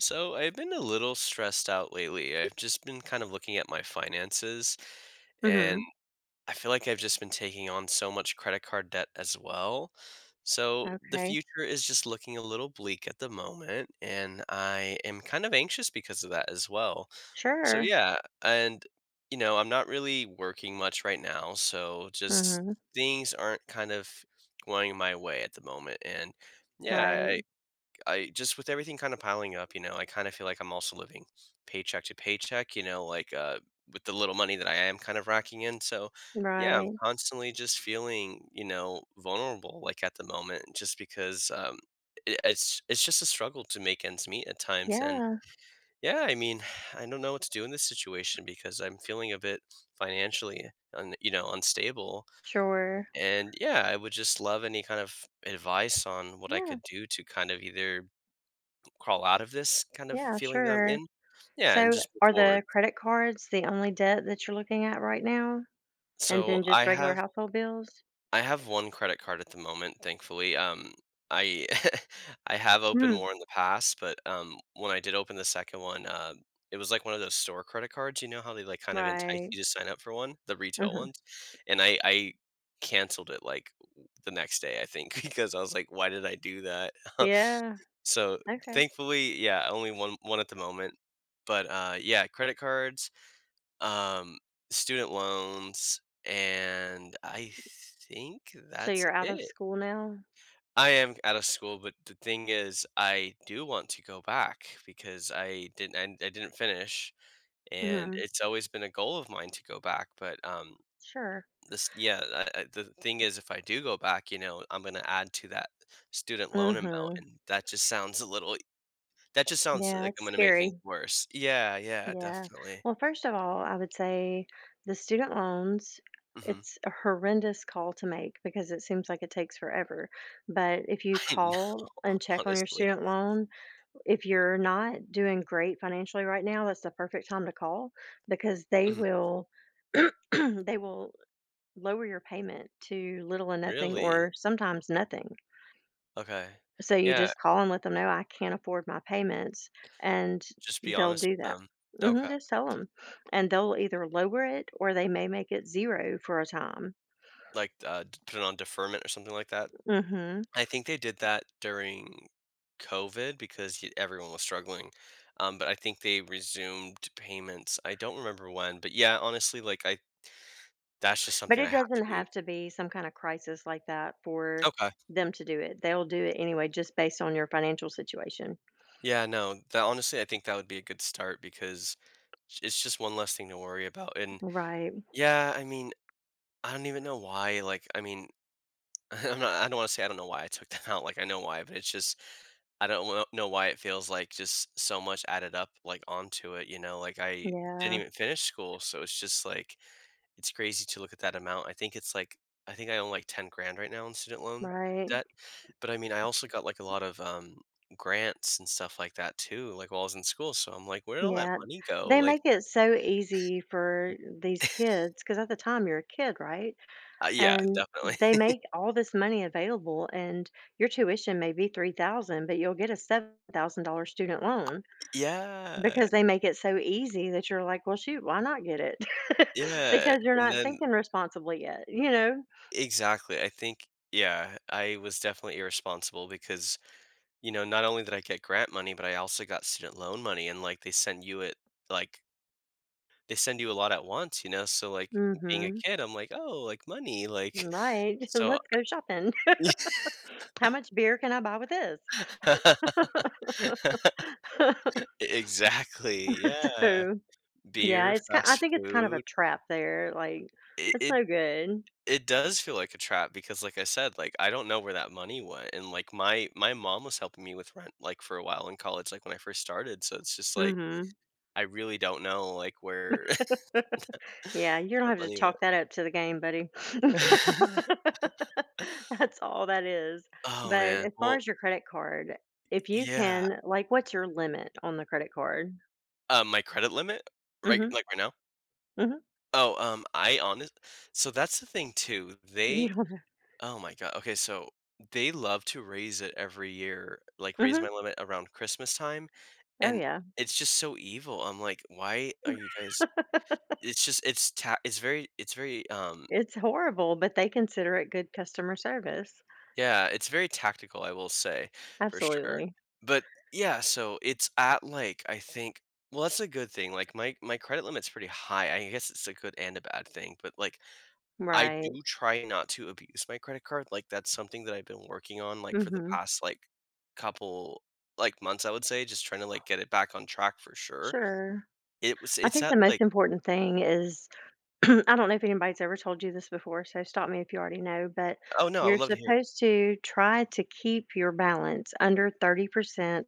So I've been a little stressed out lately. I've just been kind of looking at my finances and Mhm. I feel like I've just been taking on so much credit card debt as well. So the Okay. future is just looking a little bleak at the moment, and I am kind of anxious because of that as well. So Sure. yeah, and I'm not really working much right now, so just Mhm. things aren't kind of going my way at the moment and yeah, Right. I just, with everything kind of piling up, I kind of feel like I'm also living paycheck to paycheck, like with the little money that I am kind of racking in. So yeah, I'm Right. constantly just feeling, vulnerable, like, at the moment, just because it's just a struggle to make ends meet at times. And Yeah. yeah, I mean, I don't know what to do in this situation because I'm feeling a bit financially, un, unstable. Sure. And yeah, I would just love any kind of advice on what I Yeah. could do to kind of either crawl out of this kind of Yeah. feeling that I'm Sure. in. Yeah, and So, just move are forward. the credit cards the only debt that you're looking at right now, and So then I just regular have household bills? I have one credit card at the moment, thankfully. I I have opened Hmm. more in the past, but when I did open the second one, it was like one of those store credit cards. You know how they like kind of entice Right. you to sign up for one, the retail Mhm. ones, and I canceled it like the next day, I think, because I was like, why did I do that? Yeah. so Okay. thankfully, yeah, only one at the moment. But yeah, credit cards, um, student loans, and I think So that's you're out of it. school now. I am out of school, but the thing is, I do want to go back because I didn't. I didn't finish, and Mhm. it's always been a goal of mine to go back. But Sure. this, yeah, the thing is, if I do go back, I'm gonna add to that student loan amount, Mhm. and that just sounds a little. That just sounds Yeah. like It's I'm gonna make things scary. worse. Yeah, yeah, Yeah. definitely. Well, first of all, I would say the student loans, Hmm. it's a horrendous call to make because it seems like it takes forever. But if you I know, call and check on your honestly. student loan, if you're not doing great financially right now, that's the perfect time to call because they will they will lower your payment to little or nothing, Really? or sometimes nothing. Okay. So you Yeah, just call and let them know I can't afford my payments, and just be they'll honest do with that. them. Okay. Mhm, just tell them, and they'll either lower it or they may make it 0 for a time. Like, d- put it on deferment or something like that? Mhm, I think they did that during COVID because y- everyone was struggling, but I think they resumed payments. I don't remember when, but yeah, honestly, like, I that's just but something I it have to doesn't do. have to be some kind of crisis like that for Okay. them to do it. They'll do it anyway just based on your financial situation. Yeah, no, that, honestly, I think that would be a good start because j- it's just one less thing to worry about, and Right. yeah, I mean, I don't even know why, like, I mean I don't wanna say I don't know why I took that out, like, I know why, but it's just I don't wo- know why it feels like just so much added up, like, onto it, you know? Like, I didn't Yeah, even finish school, so it's just like, it's crazy to look at that amount. I think it's like, I think I own, like, 10 grand right now in student loan right. debt, but I mean, I also got, like, a lot of, grants and stuff like that too, like, while I was in school, so I'm like, "Where did all that Yeah. money go?" They Like, make it so easy for these kids because at the time you're a kid, right? Yeah, And definitely. they make all this money available and your tuition may be 3000 but you'll get a $7,000 student loan Yeah, because they make it so easy that you're like, "Well, shoot, why not get it?" yeah, Because you're and not then thinking responsibly yet, you know? exactly, I think, yeah, I was definitely irresponsible because, not only did I get grant money, but I also got student loan money, and, like, they send you it, like, they send you a lot at once, you know, so, like, being a Mhm. kid, I'm like, "Oh, like, money," like, Right. so "Let's go shopping. How much beer can I buy with this?" exactly, yeah. So, yeah, Beer, it's ki I fast think it's kind of a food. trap there, like, It it's it no good. it does feel like a trap because, like I said, like, I don't know where that money went, and, like, my mom was helping me with rent, like, for a while in college, like, when I first started, so it's just Mm. like Mhm. I really don't know, like, where Yeah, you don't the have to money went. chalk that up to the game, buddy. That's all that is. Oh, But man. as far Well, as your credit card, if you yeah. can, like, what's your limit on the credit card? My credit limit? Right, Mhm, like, right now? mhm. Oh, I honest so that's the thing too. They You don't Oh my god. Okay, so they love to raise it every year, like, raise Mhm. my limit around Christmas time, Oh, and yeah. it's just so evil. I'm like, "Why are you guys?" It's just it's ta- it's very, um, It's horrible, but they consider it good customer service. yeah, it's very tactical, I will say, for sure. Absolutely. But yeah, so it's at like, I think, well, that's a good thing. Like my credit limit's pretty high. I guess it's a good and a bad thing, but like I Right. do try not to abuse my credit card. Like that's something that I've been working on, like, for the Mhm. past like couple, like, months, I would say, just trying to like get it back on track for sure. Sure. It was, I it's think at the like, most important thing is I don't know if anybody's ever told you this before, so stop me if you already know, but oh no, I would you're love to hear it. supposed to try to keep your balance under 30%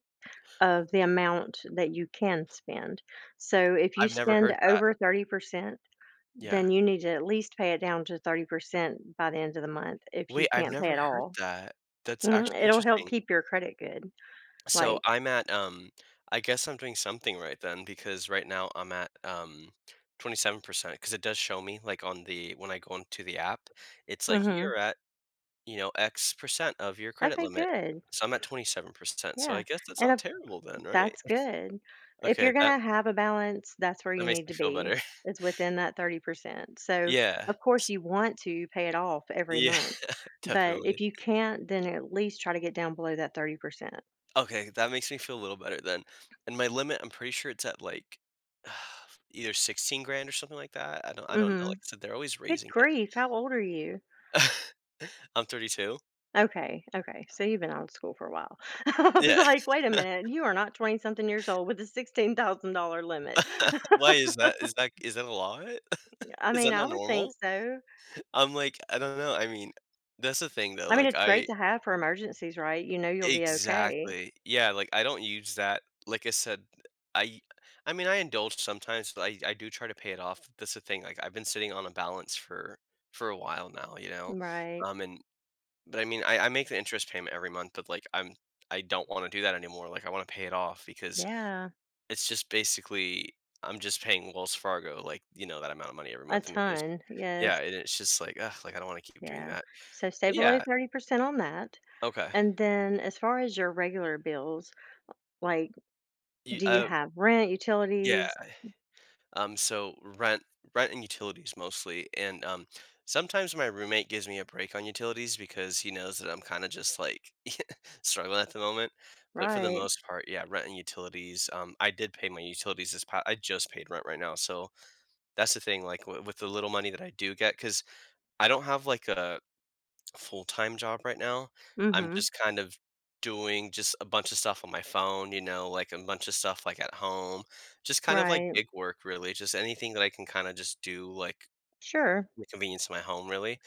of the amount that you can spend. So if you I've never spend heard that. over 30%, Yeah. then you need to at least pay it down to 30% by the end of the month if you Wait, I've can't pay never it heard all. that. That's Mhm, actually it'll help interesting. keep your credit good. So Like, I guess I'm doing something right then, because right now I'm at 27% because it does show me like on the, when I go into the app, it's like mhm. you're at, X percent of your credit Okay, limit. good. So I'm at 27%. So Yeah. I guess that's And not of terrible then, right? That's good. If Okay, you're gonna have a balance, that's where that you makes need me to feel be, better. is within that 30%. So, Yeah. of course, S- you want to pay it off every yeah, month, but definitely. if you can't, then at least try to get down below that 30%. Okay, that makes me feel a little better then. And my limit, I'm pretty sure it's at like either 16 grand or something like that. I don't know. Like Mhm. I said, they're always Good raising it. grief, how old are you? I'm 32. Okay, okay, so you've been out of school for a while. I was Yeah. like, "Wait a minute, you are not 20 something years old with a $16,000 limit." Why is that? Is that a lot? I Is mean, that I not would think normal? so. I'm like, I don't know. I mean, that's the thing though. I mean, Like it's great I to have for emergencies, right? You know you'll be okay. Exactly. Yeah, like I don't use that. Like I said, I I mean, I indulge sometimes, but I do try to pay it off. That's the thing. Like I've been sitting on a balance for a while now, you know. Right. Um, and but I mean, I make the interest payment every month, but like I don't want to do that anymore. Like I want to pay it off because Yeah, it's just basically I'm just paying Wells Fargo, like, that amount of money every a month, and it's, ton. yeah, Yes. and it's just like, ugh, like, I don't wanna keep doing Yeah. that. So stay But below yeah, 30% on that. okay. And then as far as your regular bills, like, You do you Oh, have rent, yeah, utilities? So rent, rent and utilities mostly, and, sometimes my roommate gives me a break on utilities because he knows that I'm kinda just, like, struggling at the moment, but for the Right. most part, yeah, rent and utilities, I did pay my utilities this past, I just paid rent right now, so that's the thing, like, wi- with the little money that I do get, because I don't have, like, a full-time job right now. I'm Mm-hmm. just kind of doing just a bunch of stuff on my phone, you know, like a bunch of stuff like at home, just kind of like Right. gig work, really, just anything that I can kind of just do like Sure. in the convenience of my home, really.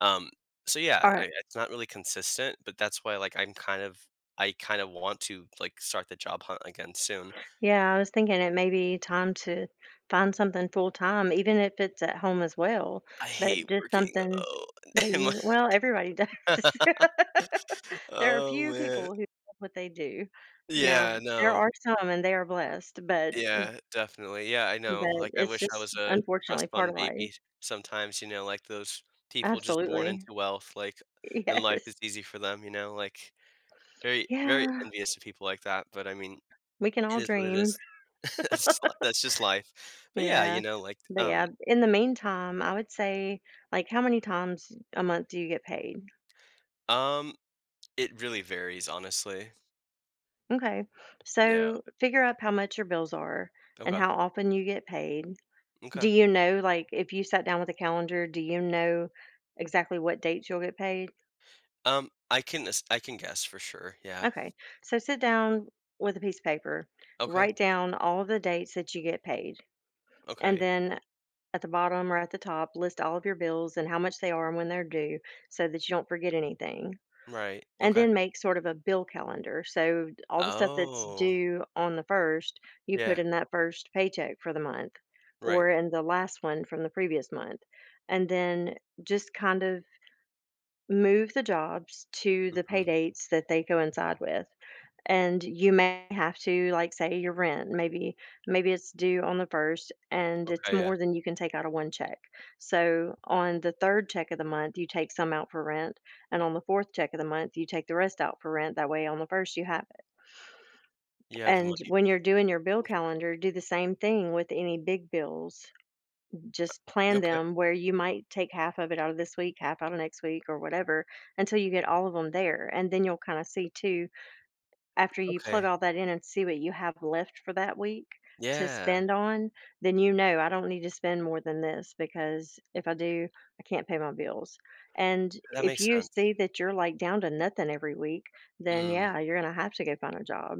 Um, so yeah, All right. it's not really consistent, but that's why like I'm kind of, I kind of want to like start the job hunt again soon. Yeah, I was thinking it may be time to find something full time, even if it's at home as well, I but hate just working something that though. you, well, everybody does. There are Oh few man, people who love what they do. Now, yeah, there no. are some and they are blessed, but. Yeah, definitely. Yeah, I know. But Like, I it's wish I was just, a trust unfortunately, part fund of life. baby sometimes, you know, like those people just born Absolutely. into wealth, like, and life is Yes. easy for them, you know, like very, very Yeah, envious of people like that. But I mean, we can it all is what it dream. is. That's just life. But yeah, you Yeah. know, like, But yeah, in the meantime, I would say, like, how many times a month do you get paid? um it really varies, honestly. Okay. Yeah. So figure out how much your bills are and Okay. how often you get paid. Do Okay. you know, like, if you sat down with a calendar, do you know exactly what dates you'll get paid? Um, I can as- I can guess for sure. Yeah. Okay. So sit down with a piece of paper, Okay. write down all of the dates that you get paid. And Okay. then at the bottom or at the top, list all of your bills and how much they are and when they're due so that you don't forget anything. Right. And Okay. then make sort of a bill calendar. So all the stuff that's Oh. due on the first, you Yeah. put in that first paycheck for the month, Right. or in the last one from the previous month. And then just kind of move the jobs to the pay Mhm. dates that they coincide with, and you may have to, like, say your rent maybe it's due on the first and it's Okay, yeah. more than you can take out of one check, so on the third check of the month you take some out for rent and on the fourth check of the month you take the rest out for rent, that way on the first you have it. You have the And money. when you're doing your bill calendar, do the same thing with any big bills. Just plan Okay, them where you might take half of it out of this week, half out of next week, or whatever, until you get all of them there. And then you'll kind of see too, after you plug okay. all that in and see what you have left for that week to Yeah, spend on, then you know I don't need to spend more than this, because if I do, I can't pay my bills. And that if makes you sense. see that you're like down to nothing every week, then Mm, yeah, you're gonna have to go find a job.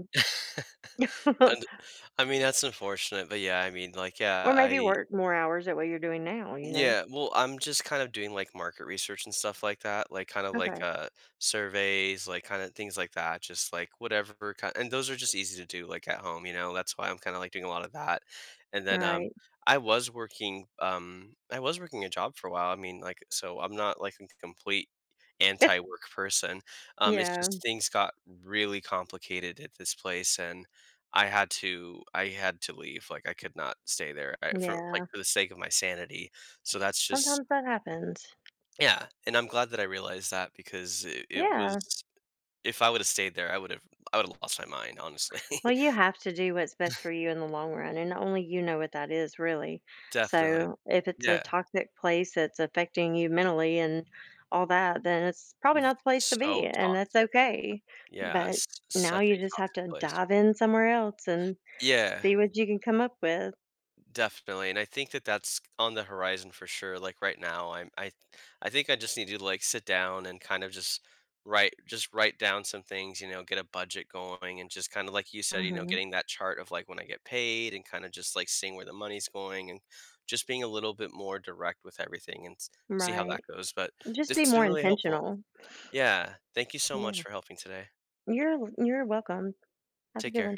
and I mean, that's unfortunate, but yeah, I mean, like, yeah, Or maybe I work more hours at what you're doing now, you know? yeah, well, I'm just kind of doing like market research and stuff like that, like kind of like Okay. uh, surveys, like kind of things like that, just like whatever kind, and those are just easy to do like at home, you know. That's why I'm kind of like doing a lot of that. And then Right. I was working a job for a while. I mean, like, so I'm not like a complete anti-work person. It's Yeah. just things got really complicated at this place, and I had to leave. Like I could not stay there, I, for like Yeah. for the sake of my sanity, so that's just, Sometimes that happens. yeah, and I'm glad that I realized that because it was, Yeah. if I would have stayed there, I would have lost my mind, honestly. Well, you have to do what's best for you in the long run, and only you know what that is, really. Definitely. So, if it's a Yeah. toxic place that's affecting you mentally and all that, then it's probably V- not the place to be, so and that's toxic. okay. Yeah, But s- now such a you just have toxic to place. dive in somewhere else and Yeah. see what you can come up with. Definitely, and I think that that's on the horizon for sure. Like right now, I think I just need to like sit down and kind of just write, just write down some things. You know, get a budget going, and just kind of like you said, you know, Hmm. getting that chart of like when I get paid, and kind of just like seeing where the money's going, and just being a little bit more direct with everything, and s- see how that Right. goes. But Just this be has more been really helpful. intentional. Yeah, thank you so much Yeah. for helping today. You're welcome. Have a Take good care. one.